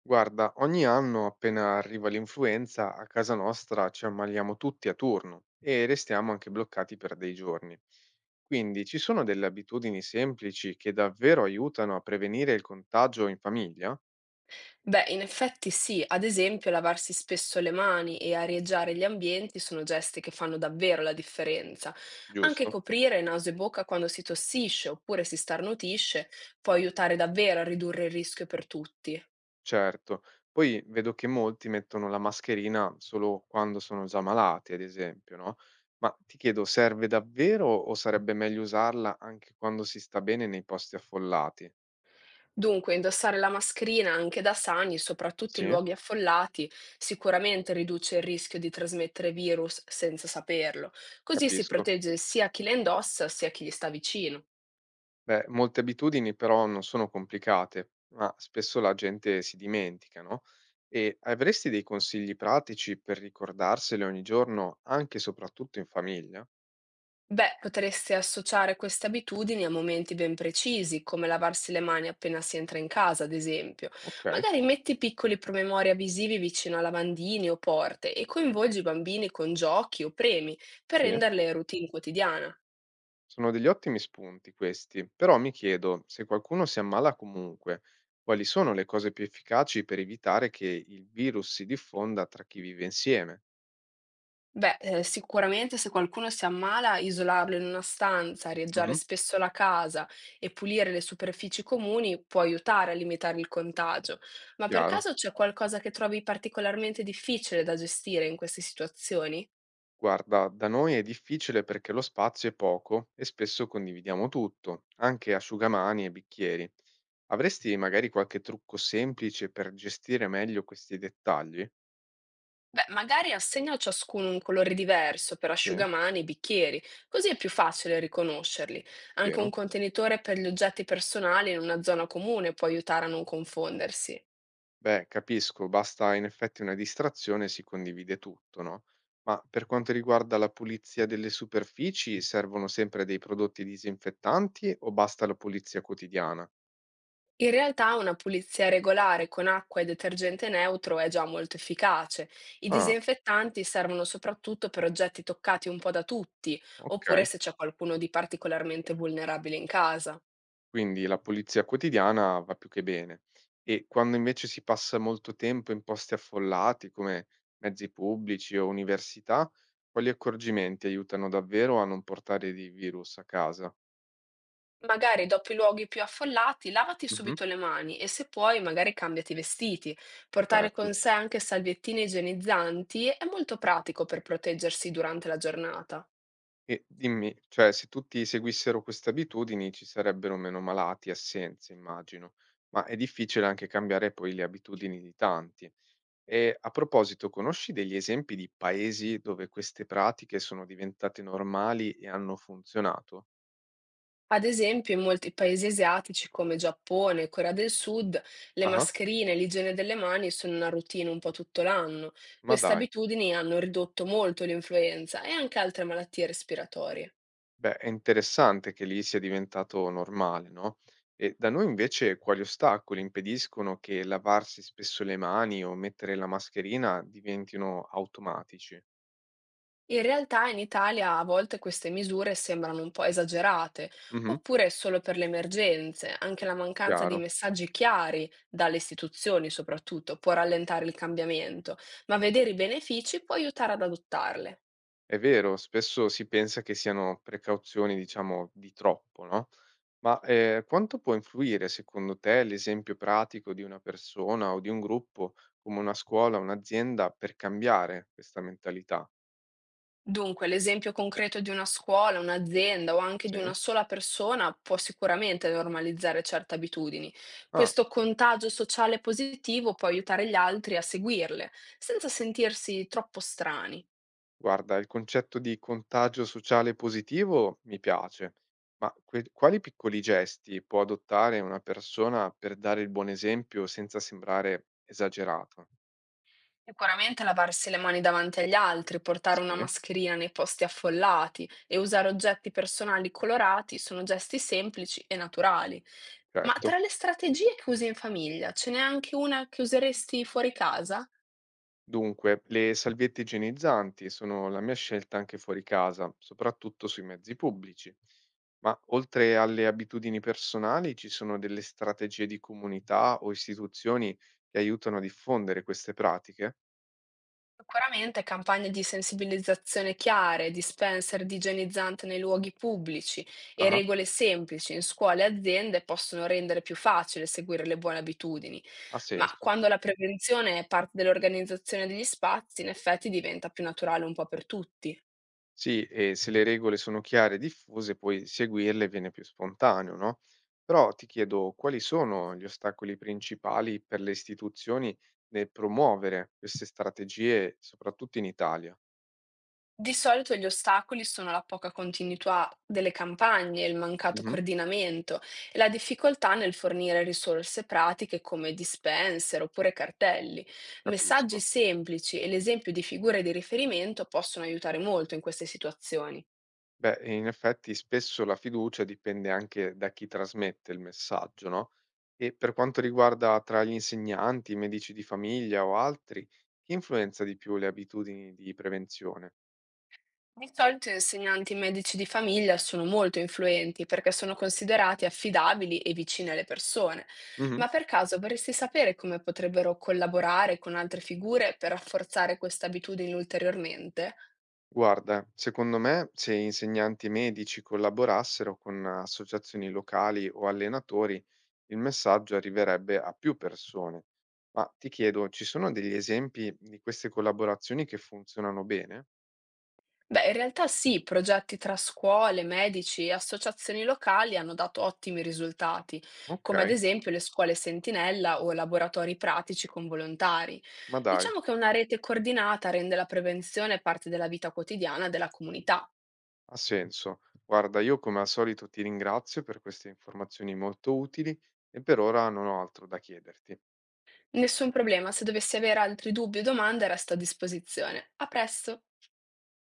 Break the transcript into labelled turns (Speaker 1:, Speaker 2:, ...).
Speaker 1: Guarda, ogni anno appena arriva l'influenza, a casa nostra ci ammaliamo tutti a turno e restiamo anche bloccati per dei giorni. Quindi ci sono delle abitudini semplici che davvero aiutano a prevenire il contagio in famiglia?
Speaker 2: Beh, in effetti sì, ad esempio lavarsi spesso le mani e areggiare gli ambienti sono gesti che fanno davvero la differenza. Anche
Speaker 1: Giusto?
Speaker 2: coprire naso e bocca quando si tossisce oppure si starnutisce può aiutare davvero a ridurre il rischio per tutti.
Speaker 1: Certo. Poi vedo che molti mettono la mascherina solo quando sono già malati, ad esempio, no? Ma ti chiedo, serve davvero o sarebbe meglio usarla anche quando si sta bene nei posti affollati?
Speaker 2: Dunque, indossare la mascherina anche da sani, soprattutto in
Speaker 1: Sì,
Speaker 2: luoghi affollati, sicuramente riduce il rischio di trasmettere virus senza saperlo. Così si
Speaker 1: capisco.
Speaker 2: protegge sia chi la indossa sia chi gli sta vicino.
Speaker 1: Beh, molte abitudini però non sono complicate, ma spesso la gente si dimentica, no? E avresti dei consigli pratici per ricordarsele ogni giorno, anche e soprattutto in famiglia?
Speaker 2: Beh, potreste associare queste abitudini a momenti ben precisi, come lavarsi le mani appena si entra in casa, ad esempio.
Speaker 1: Ok,
Speaker 2: Magari metti piccoli promemoria visivi vicino a lavandini o porte e coinvolgi i bambini con giochi o premi per
Speaker 1: sì.
Speaker 2: renderle routine quotidiana.
Speaker 1: Sono degli ottimi spunti questi, però mi chiedo, se qualcuno si ammala comunque, quali sono le cose più efficaci per evitare che il virus si diffonda tra chi vive insieme?
Speaker 2: Beh, sicuramente se qualcuno si ammala, isolarlo in una stanza, areggiare
Speaker 1: Mhm,
Speaker 2: spesso la casa e pulire le superfici comuni può aiutare a limitare il contagio. Ma per
Speaker 1: chiaro.
Speaker 2: caso c'è qualcosa che trovi particolarmente difficile da gestire in queste situazioni?
Speaker 1: Guarda, da noi è difficile perché lo spazio è poco e spesso condividiamo tutto, anche asciugamani e bicchieri. Avresti magari qualche trucco semplice per gestire meglio questi dettagli?
Speaker 2: Beh, magari assegna a ciascuno un colore diverso per
Speaker 1: Sì,
Speaker 2: asciugamani e bicchieri, così è più facile riconoscerli. Anche un
Speaker 1: vero?
Speaker 2: contenitore per gli oggetti personali in una zona comune può aiutare a non confondersi.
Speaker 1: Beh, capisco, basta in effetti una distrazione e si condivide tutto, no? Ma per quanto riguarda la pulizia delle superfici, servono sempre dei prodotti disinfettanti o basta la pulizia quotidiana?
Speaker 2: In realtà una pulizia regolare con acqua e detergente neutro è già molto efficace. I
Speaker 1: Ah,
Speaker 2: disinfettanti servono soprattutto per oggetti toccati un po' da tutti, oppure
Speaker 1: ok.
Speaker 2: se c'è qualcuno di particolarmente vulnerabile in casa.
Speaker 1: Quindi la pulizia quotidiana va più che bene. E quando invece si passa molto tempo in posti affollati come mezzi pubblici o università, quali accorgimenti aiutano davvero a non portare di virus a casa?
Speaker 2: Magari dopo i luoghi più affollati, lavati
Speaker 1: Mhm.
Speaker 2: subito le mani e se puoi, magari cambiati i vestiti. Portare con
Speaker 1: Certo.
Speaker 2: sé anche salviettine igienizzanti è molto pratico per proteggersi durante la giornata.
Speaker 1: E dimmi, cioè se tutti seguissero queste abitudini ci sarebbero meno malati, e assenze, immagino, ma è difficile anche cambiare poi le abitudini di tanti. E a proposito, conosci degli esempi di paesi dove queste pratiche sono diventate normali e hanno funzionato?
Speaker 2: Ad esempio, in molti paesi asiatici come Giappone e Corea del Sud, le
Speaker 1: Ah,
Speaker 2: mascherine e l'igiene delle mani sono una routine un po' tutto l'anno.
Speaker 1: ma
Speaker 2: Queste
Speaker 1: dai,
Speaker 2: abitudini hanno ridotto molto l'influenza e anche altre malattie respiratorie.
Speaker 1: beh, è interessante che lì sia diventato normale, no? E da noi invece quali ostacoli impediscono che lavarsi spesso le mani o mettere la mascherina diventino automatici?
Speaker 2: In realtà in Italia a volte queste misure sembrano un po' esagerate,
Speaker 1: Mhm,
Speaker 2: oppure solo per le emergenze. Anche la mancanza di
Speaker 1: chiaro.
Speaker 2: messaggi chiari dalle istituzioni, soprattutto, può rallentare il cambiamento, ma vedere i benefici può aiutare ad adottarle.
Speaker 1: È vero, spesso si pensa che siano precauzioni, diciamo, di troppo, no? Ma, quanto può influire secondo te l'esempio pratico di una persona o di un gruppo, come una scuola, un'azienda, per cambiare questa mentalità?
Speaker 2: Dunque, l'esempio concreto di una scuola, un'azienda o anche di
Speaker 1: Sì?
Speaker 2: una sola persona può sicuramente normalizzare certe abitudini.
Speaker 1: Ah,
Speaker 2: Questo contagio sociale positivo può aiutare gli altri a seguirle, senza sentirsi troppo strani.
Speaker 1: guarda, il concetto di contagio sociale positivo mi piace, ma que quali piccoli gesti può adottare una persona per dare il buon esempio senza sembrare esagerato?
Speaker 2: Sicuramente lavarsi le mani davanti agli altri, portare una
Speaker 1: Sì,
Speaker 2: mascherina nei posti affollati e usare oggetti personali colorati sono gesti semplici e naturali. Ma tra
Speaker 1: certo.
Speaker 2: le strategie che usi in famiglia, ce n'è anche una che useresti fuori casa?
Speaker 1: Dunque, le salviette igienizzanti sono la mia scelta anche fuori casa, soprattutto sui mezzi pubblici. Ma oltre alle abitudini personali, ci sono delle strategie di comunità o istituzioni che aiutano a diffondere queste pratiche?
Speaker 2: Sicuramente campagne di sensibilizzazione chiare, dispenser di igienizzante nei luoghi pubblici e
Speaker 1: Ah,
Speaker 2: regole semplici in scuole e aziende possono rendere più facile seguire le buone abitudini,
Speaker 1: ha
Speaker 2: ma
Speaker 1: senso.
Speaker 2: quando la prevenzione è parte dell'organizzazione degli spazi, in effetti diventa più naturale un po' per tutti.
Speaker 1: Sì, e se le regole sono chiare e diffuse, poi seguirle viene più spontaneo, no? Però ti chiedo, quali sono gli ostacoli principali per le istituzioni nel promuovere queste strategie, soprattutto in Italia?
Speaker 2: Di solito gli ostacoli sono la poca continuità delle campagne, il mancato
Speaker 1: Mh-mh,
Speaker 2: coordinamento e la difficoltà nel fornire risorse pratiche come dispenser oppure cartelli. Messaggi
Speaker 1: capisco.
Speaker 2: semplici e l'esempio di figure di riferimento possono aiutare molto in queste situazioni.
Speaker 1: Beh, e in effetti spesso la fiducia dipende anche da chi trasmette il messaggio, no, e per quanto riguarda tra gli insegnanti, i medici di famiglia o altri, chi influenza di più le abitudini di prevenzione?
Speaker 2: Di solito gli insegnanti e medici di famiglia sono molto influenti perché sono considerati affidabili e vicini alle persone,
Speaker 1: Mh-mh.
Speaker 2: ma per caso vorresti sapere come potrebbero collaborare con altre figure per rafforzare questa abitudine ulteriormente?
Speaker 1: Guarda, secondo me se insegnanti e medici collaborassero con associazioni locali o allenatori, il messaggio arriverebbe a più persone. Ma ti chiedo, ci sono degli esempi di queste collaborazioni che funzionano bene?
Speaker 2: Beh, in realtà sì, progetti tra scuole, medici e associazioni locali hanno dato ottimi risultati, come ad
Speaker 1: Okay.
Speaker 2: esempio le scuole sentinella o laboratori pratici con volontari.
Speaker 1: Ma dai,
Speaker 2: Diciamo che una rete coordinata rende la prevenzione parte della vita quotidiana della comunità.
Speaker 1: ha senso. Guarda, io come al solito ti ringrazio per queste informazioni molto utili e per ora non ho altro da chiederti.
Speaker 2: Nessun problema, se dovessi avere altri dubbi o domande resto a disposizione. A presto!